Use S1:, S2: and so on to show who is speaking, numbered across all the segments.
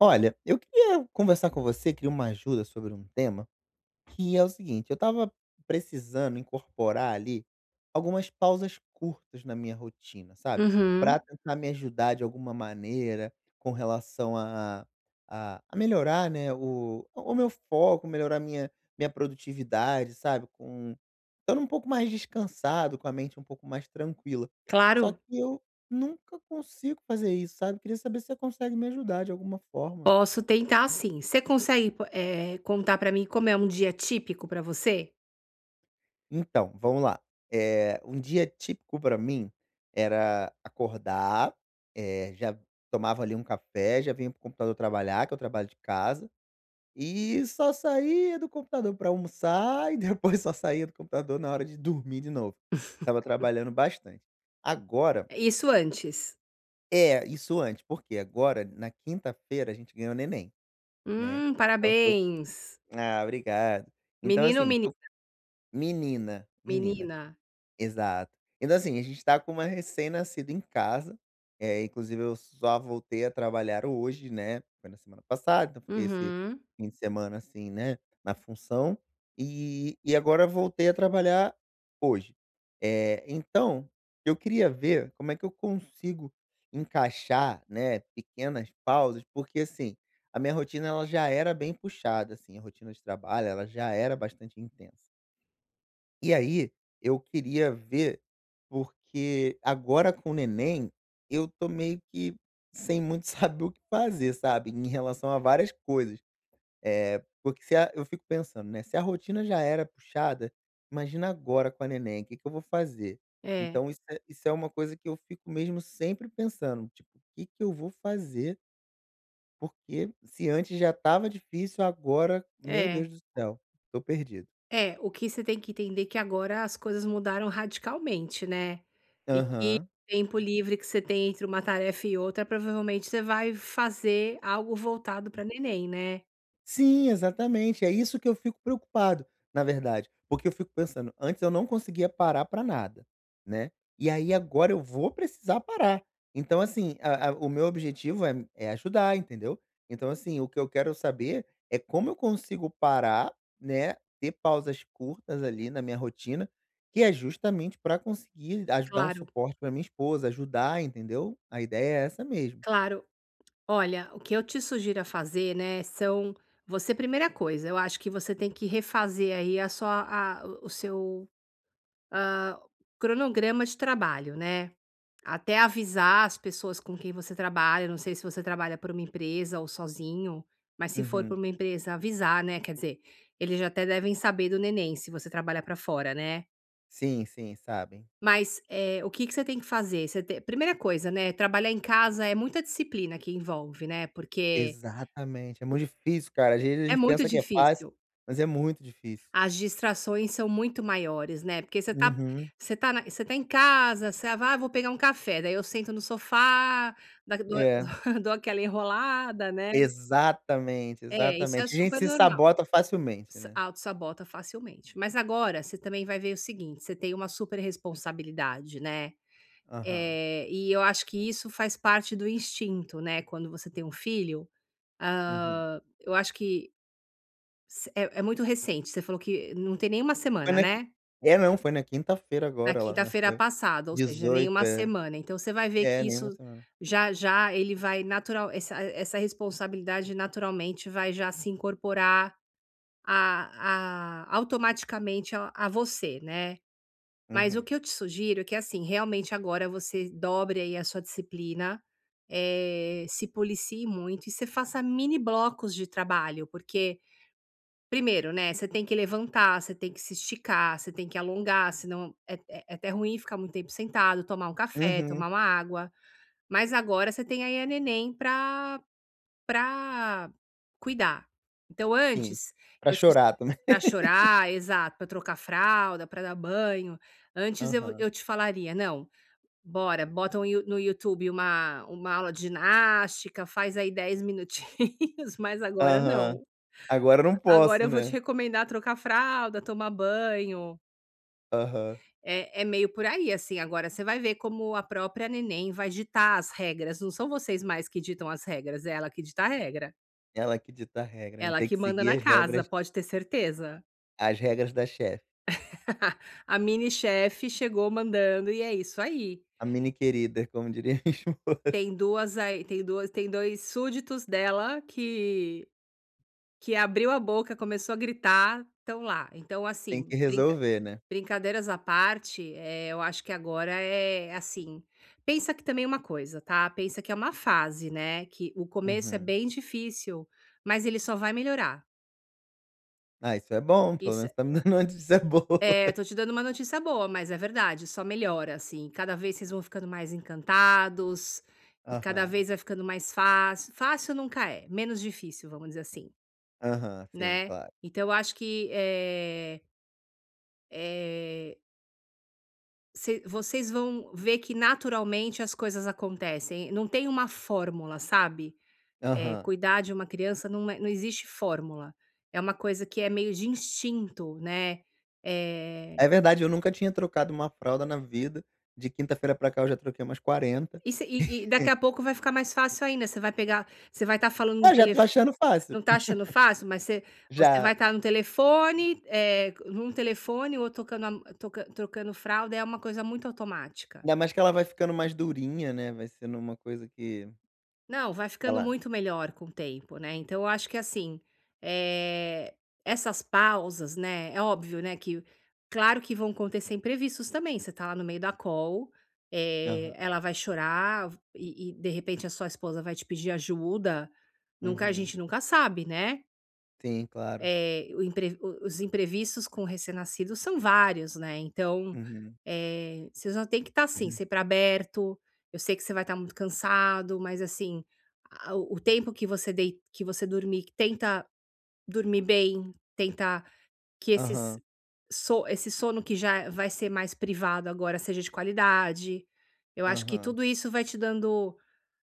S1: Olha, eu queria conversar com você, queria uma ajuda sobre um tema, que é o seguinte, eu estava precisando incorporar ali algumas pausas curtas na minha rotina, sabe?
S2: Uhum,
S1: Para tentar me ajudar de alguma maneira com relação a melhorar, né, o meu foco, melhorar minha, minha produtividade, sabe? Com, estando um pouco mais descansado, com a mente um pouco mais tranquila. Só
S2: claro,
S1: que eu nunca consigo fazer isso, sabe? Queria saber se você consegue me ajudar de alguma forma.
S2: posso tentar sim. Você consegue, contar pra mim como é um dia típico pra você?
S1: Então, vamos lá. Um dia típico pra mim era acordar, já tomava ali um café, já vinha pro computador trabalhar, que eu trabalho de casa, e só saía do computador pra almoçar e depois só saía do computador na hora de dormir de novo. Tava trabalhando bastante. Agora
S2: Isso antes.
S1: é, isso antes, porque agora na quinta-feira a gente ganhou neném, né. Então tô
S2: Parabéns.
S1: ah, obrigado. Então
S2: Menino ou
S1: assim, tô menina, menina.
S2: menina?
S1: Exato. Então, assim, a gente tá com uma recém-nascida em casa, é inclusive eu só voltei a trabalhar hoje, né, foi na semana passada, então fiquei esse
S2: Uhum.
S1: fim de semana, assim, né, na função, e agora voltei a trabalhar hoje. Então, eu queria ver como é que eu consigo encaixar, né, pequenas pausas, porque, assim, a minha rotina ela já era bem puxada, assim, a rotina de trabalho, ela já era bastante intensa. E aí, eu queria ver, porque agora com o neném, eu tô meio que sem muito saber o que fazer, sabe, em relação a várias coisas. É porque se a eu fico pensando, né, se a rotina já era puxada, imagina agora com a neném, o que que eu vou fazer?
S2: É,
S1: Então isso é uma coisa que eu fico mesmo sempre pensando, tipo: o "Que que eu vou fazer?" Porque se antes já estava difícil, agora, meu Deus
S2: é,
S1: do céu, tô perdido.
S2: o que você tem que entender é que agora as coisas mudaram radicalmente, né, e que
S1: Aham.
S2: o tempo livre que você tem entre uma tarefa e outra, provavelmente você vai fazer algo voltado pra neném, né.
S1: Sim, exatamente. É isso que eu fico preocupado, na verdade. Porque eu fico pensando, antes eu não conseguia parar pra nada, né? E aí agora eu vou precisar parar. Então, assim, o meu objetivo é, é ajudar, entendeu? Então, assim, o que eu quero saber é como eu consigo parar, né? Ter pausas curtas ali na minha rotina, que é justamente pra conseguir dar um
S2: Claro,
S1: suporte pra minha esposa, ajudar, entendeu? A ideia é essa mesmo.
S2: claro. Olha, o que eu te sugiro a fazer, né, são você primeira coisa, eu acho que você tem que refazer aí a sua a o seu, hã, cronograma de trabalho, né. Até avisar as pessoas com quem você trabalha, não sei se você trabalha por uma empresa ou sozinho, mas se for
S1: Uhum.
S2: por uma empresa avisar, né, quer dizer, eles já até devem saber do neném, se você trabalha para fora, né.
S1: Sim, sim, sabem.
S2: Mas, o que que você tem que fazer? Você te primeira coisa, né, trabalhar em casa é muita disciplina que envolve, né, porque
S1: Exatamente, é muito difícil, cara. Às vezes a
S2: é
S1: gente
S2: muito
S1: pensa que é fácil,
S2: difícil.
S1: mas é muito difícil.
S2: As distrações são muito maiores, né, porque
S1: Uhum.
S2: você tá em casa, você vai: "Ah, vou pegar um café", daí eu sento no sofá, da dou
S1: É,
S2: dou aquela enrolada, né.
S1: exatamente,
S2: É, isso é
S1: exatamente. A gente
S2: super
S1: se
S2: normal.
S1: sabota facilmente,
S2: S
S1: né.
S2: Sabota facilmente. Mas agora você também vai ver o seguinte, você tem uma super responsabilidade, né,
S1: Aham,
S2: e eu acho que isso faz parte do instinto, né, quando você tem um filho,
S1: uhum.
S2: eu acho que S é muito recente, você falou que não tem nem 1
S1: Foi
S2: semana,
S1: na qui
S2: né?
S1: É, não, foi na quinta-feira
S2: Na
S1: agora ela
S2: quinta-feira
S1: nasceu.
S2: passada, ou seja, nem
S1: 18
S2: 1
S1: é.
S2: semana, então você vai ver
S1: É,
S2: que
S1: nem uma
S2: isso
S1: semana.
S2: já já ele vai natural essa essa responsabilidade naturalmente vai já se incorporar a automaticamente a você, né. Mas o
S1: Uhum.
S2: que eu te sugiro é que, assim, realmente agora você dobre aí a sua disciplina, se policie muito e você faça mini blocos de trabalho, porque primeiro, né, você tem que levantar, você tem que se esticar, você tem que alongar, senão é até ruim ficar muito tempo sentado, tomar um café,
S1: Uhum,
S2: tomar uma água. Mas agora você tem aí a neném pra cuidar. Então
S1: sim.
S2: antes,
S1: Pra
S2: eu te
S1: chorar também.
S2: pra chorar, exato, pra trocar fralda, pra dar banho, antes eu
S1: Aham,
S2: eu te falaria: "Não, bora, bota um You no YouTube uma aula de ginástica, faz aí 10 minutinhos", mas agora
S1: aham.
S2: não.
S1: Agora eu não
S2: Agora eu
S1: posso,
S2: vou te
S1: né.
S2: recomendar trocar fralda, tomar banho.
S1: Aham.
S2: É é meio por aí, assim. Agora você vai ver como a própria neném vai ditar as regras, não são vocês mais que ditam as regras, é ela que dita a regra.
S1: Ela que dita a regra, né,
S2: Ela
S1: tem
S2: que
S1: que
S2: manda
S1: seguir
S2: na casa, pode ter certeza.
S1: as regras da chefe.
S2: A mini chefe chegou mandando e é isso aí.
S1: A mini querida, como diria minha esposa.
S2: Tem 2 súditos dela que abriu a boca, começou a gritar, estão lá. Então
S1: Tem
S2: assim,
S1: que resolver, né.
S2: brincadeiras à parte, eu acho que agora é assim, pensa que também é uma coisa, tá, pensa que é uma fase, né, que o começo é
S1: Uhum.
S2: bem difícil, mas ele só vai melhorar.
S1: Ah, isso é bom, pelo
S2: Isso
S1: menos tá me dando uma notícia boa.
S2: É, eu tô te dando uma notícia boa, mas é verdade, só melhora, assim, cada vez vocês vão ficando mais encantados, e cada
S1: Aham,
S2: vez vai ficando mais fácil. Fácil nunca é, menos difícil, vamos dizer assim,
S1: aham, sim,
S2: né.
S1: claro.
S2: Então eu acho que, eh, Ce vocês vão ver que naturalmente as coisas acontecem, não tem uma fórmula, sabe.
S1: Aham.
S2: Cuidar de uma criança não existe fórmula, é uma coisa que é meio de instinto, né. Eh,
S1: É verdade, eu nunca tinha trocado uma fralda na vida, de quinta-feira pra cá eu já troquei umas 40.
S2: e se e e daqui a pouco vai ficar mais fácil ainda, você vai estar falando no
S1: Ah, já tô
S2: telefo
S1: achando fácil.
S2: não tá achando fácil, mas você
S1: Já.
S2: vai estar no telefone, num telefone ou tocando a tocan trocando fralda, é uma coisa muito automática.
S1: Ainda mais que ela vai ficando mais durinha, né, vai sendo uma coisa que
S2: Não, vai ficando
S1: ela
S2: muito melhor com o tempo, né, então eu acho que assim, eh, essas pausas, né, é óbvio, né, que claro que vão acontecer imprevistos também, você tá lá no meio da call,
S1: aham,
S2: ela vai chorar e de repente a sua esposa vai te pedir ajuda, nunca a
S1: uhum.
S2: gente nunca sabe, né.
S1: Sim, claro.
S2: Eh, o impre o os imprevistos com o recém-nascido são vários, né, então,
S1: Uhum.
S2: você só tem que estar, assim, sempre aberto, eu sei que você vai estar muito cansado, mas, assim, a o tempo que você dei que você dormir, tenta dormir bem, tenta que
S1: Aham,
S2: esse sono que já vai ser mais privado agora seja de qualidade. Eu acho que
S1: aham.
S2: tudo isso vai te dando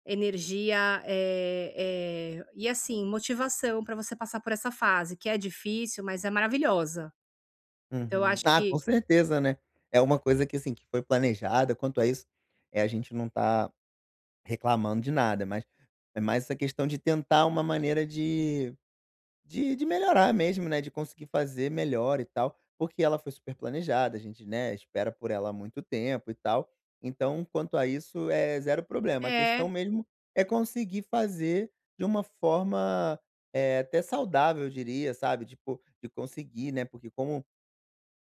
S2: energia, e assim, motivação para você passar por essa fase, que é difícil, mas é maravilhosa. Então eu
S1: Uhum.
S2: acho
S1: Ah, com
S2: que
S1: certeza, né. É uma coisa que, assim, que foi planejada, quanto a isso, é a gente não tá reclamando de nada, mas é mais essa questão de tentar uma maneira de melhorar mesmo, né, de conseguir fazer melhor e tal, porque ela foi super planejada, a gente, né, espera por ela há muito tempo e tal. Então, quanto a isso, é zero problema. A questão
S2: é,
S1: mesmo é conseguir fazer de uma forma, até saudável, eu diria, sabe, tipo, de conseguir, né, porque como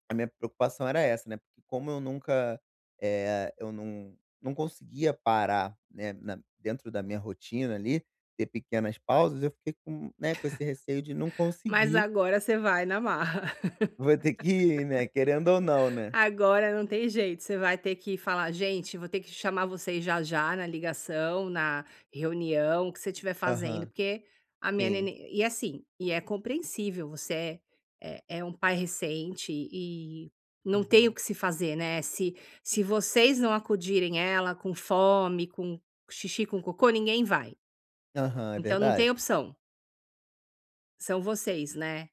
S1: a minha preocupação era essa, né, porque como eu nunca, eu não conseguia parar, né, na dentro da minha rotina ali, ter pequenas pausas, eu fiquei com, né, com esse receio de não
S2: mas
S1: conseguir,
S2: agora você vai na marra.
S1: vou ter que ir, né, querendo ou não, né.
S2: Agora não tem jeito, você vai ter que falar: "Gente, vou ter que chamar vocês já já na ligação, na reunião, o que você estiver fazendo,
S1: Aham,
S2: porque a minha
S1: sim.
S2: nenê" e assim, e é compreensível, você é um pai recente e não tem o
S1: Uhum.
S2: que se fazer, né, se vocês não acudirem ela com fome, com xixi, com cocô, ninguém vai.
S1: Aham, é
S2: Então não
S1: verdade.
S2: tem opção, são vocês, né.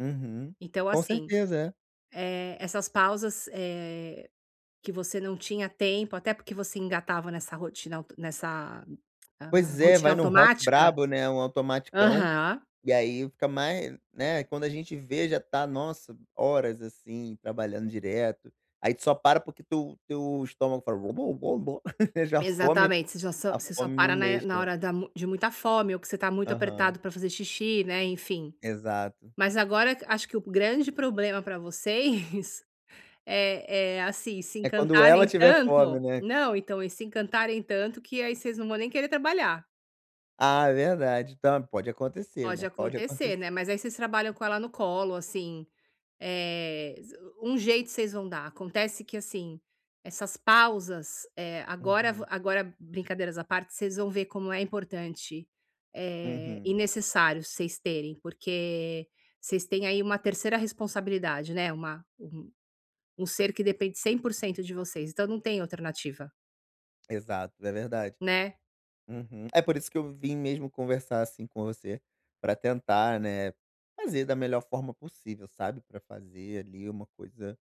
S1: Uhum.
S2: Então
S1: Com
S2: assim,
S1: certeza, é.
S2: essas pausas, que você não tinha tempo, até porque você engatava nessa rotina auto nessa,
S1: Pois é,
S2: rotina
S1: vai num rock
S2: automática?
S1: brabo, né, um automaticão.
S2: Aham,
S1: E aí fica mais né, quando a gente vê já tá, nossa, horas assim, trabalhando direto. Aí tu só para porque teu estômago fala: "Bom, bom, bom, bom", Já
S2: exatamente,
S1: a
S2: você só
S1: fome
S2: para
S1: não
S2: na
S1: deixa.
S2: na hora da mu de muita fome ou que você tá muito
S1: Aham,
S2: apertado para fazer xixi, né, enfim.
S1: exato.
S2: Mas agora acho que o grande problema para vocês é é, assim, se
S1: É quando ela
S2: encantarem
S1: tiver fome,
S2: tanto
S1: né.
S2: não, então, e se encantarem tanto que aí vocês não vão nem querer trabalhar.
S1: Ah, é verdade. Então, pode acontecer,
S2: Pode
S1: né, pode
S2: acontecer,
S1: acontecer.
S2: né, mas aí vocês trabalham com ela no colo, assim. Eh, um jeito vocês vão dar. Acontece que, assim, essas pausas,
S1: Uhum,
S2: agora brincadeiras à parte, vocês vão ver como é importante, e
S1: uhum.
S2: necessário vocês terem, porque vocês têm aí uma terceira responsabilidade, né, uma um um ser que depende 100% de vocês, então não tem alternativa,
S1: Exato, é verdade.
S2: né.
S1: Uhum. É por isso que eu vim mesmo conversar, assim, com você, pra tentar, né, fazer da melhor forma possível, sabe, pra fazer ali uma coisa,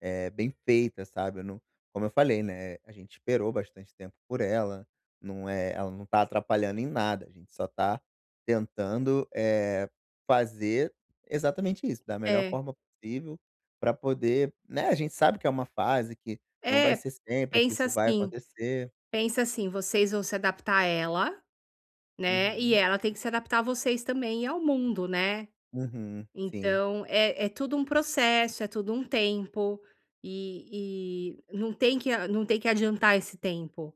S1: é bem feita, sabe. Eu não como eu falei, né, a gente esperou bastante tempo por ela, não é ela não tá atrapalhando em nada, a gente só tá tentando, é fazer exatamente isso, da melhor
S2: É.
S1: forma possível pra poder né, a gente sabe que é uma fase, que não vai
S2: É,
S1: ser sempre, que
S2: pensa
S1: isso vai
S2: assim
S1: acontecer.
S2: pensa assim, vocês vão se adaptar a ela, né, e
S1: Uhum.
S2: ela tem que se adaptar a vocês também e ao mundo, né.
S1: Uhum. Sim.
S2: Então, é tudo um processo, é tudo um tempo, e não tem que a não tem que adiantar esse tempo,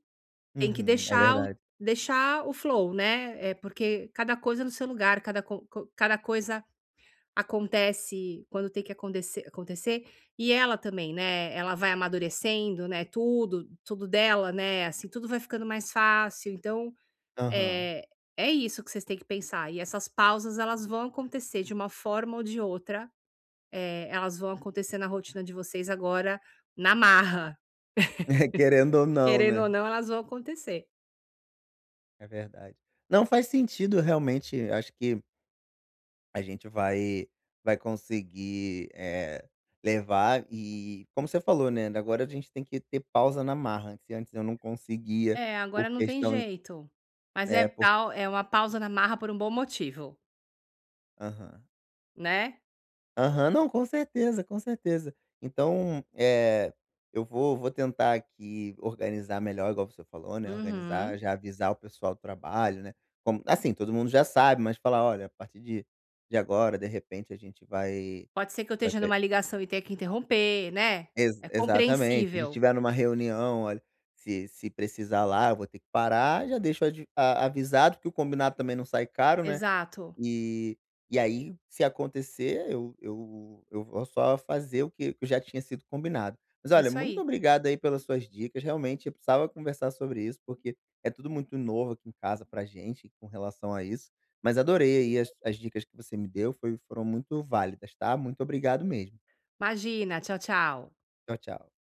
S2: tem que
S1: Uhum, é verdade.
S2: deixar o flow, né, é porque cada coisa é no seu lugar, cada co co cada coisa acontece quando tem que acontecer, e ela também, né, ela vai amadurecendo, né, tudo dela, né, assim, tudo vai ficando mais fácil, então,
S1: Aham.
S2: é é isso que vocês têm que pensar, e essas pausas elas vão acontecer de uma forma ou de outra, elas vão acontecer na rotina de vocês agora na marra,
S1: querendo ou não,
S2: querendo ou
S1: né.
S2: não elas vão acontecer.
S1: É verdade. Não, faz sentido realmente, acho que a gente vai conseguir, levar e como você falou, né, agora a gente tem que ter pausa na marra, se antes eu não conseguia
S2: É, agora
S1: por
S2: não tem
S1: questão
S2: jeito, mas é
S1: é, por
S2: tal é uma pausa na marra por um bom motivo,
S1: aham.
S2: né.
S1: Aham, não, com certeza, com certeza. Então, eu vou tentar aqui organizar melhor, igual você falou, né,
S2: Uhum.
S1: organizar, já avisar o pessoal do trabalho, né, como assim, todo mundo já sabe, mas falar: "Olha, a partir de agora, de repente, a gente vai
S2: Pode ser que eu
S1: vai
S2: esteja
S1: pe"
S2: numa ligação e tenha que interromper, né,
S1: Ex
S2: é
S1: exatamente. "Se a gente
S2: compreensível.
S1: tiver numa reunião, olha, se precisar lá, eu vou ter que parar", já deixo adi a avisado, porque o combinado também não sai caro, né.
S2: Exato,
S1: E e aí, se acontecer, eu vou só fazer o que que já tinha sido combinado. Mas
S2: é
S1: olha,
S2: isso
S1: muito
S2: aí.
S1: obrigado aí pelas suas dicas, realmente eu precisava conversar sobre isso, porque é tudo muito novo aqui em casa pra gente com relação a isso, mas adorei aí as dicas que você me deu, foi foram muito válidas, tá? Muito obrigado mesmo.
S2: Imagina, tchau, tchau.
S1: Tchau, tchau.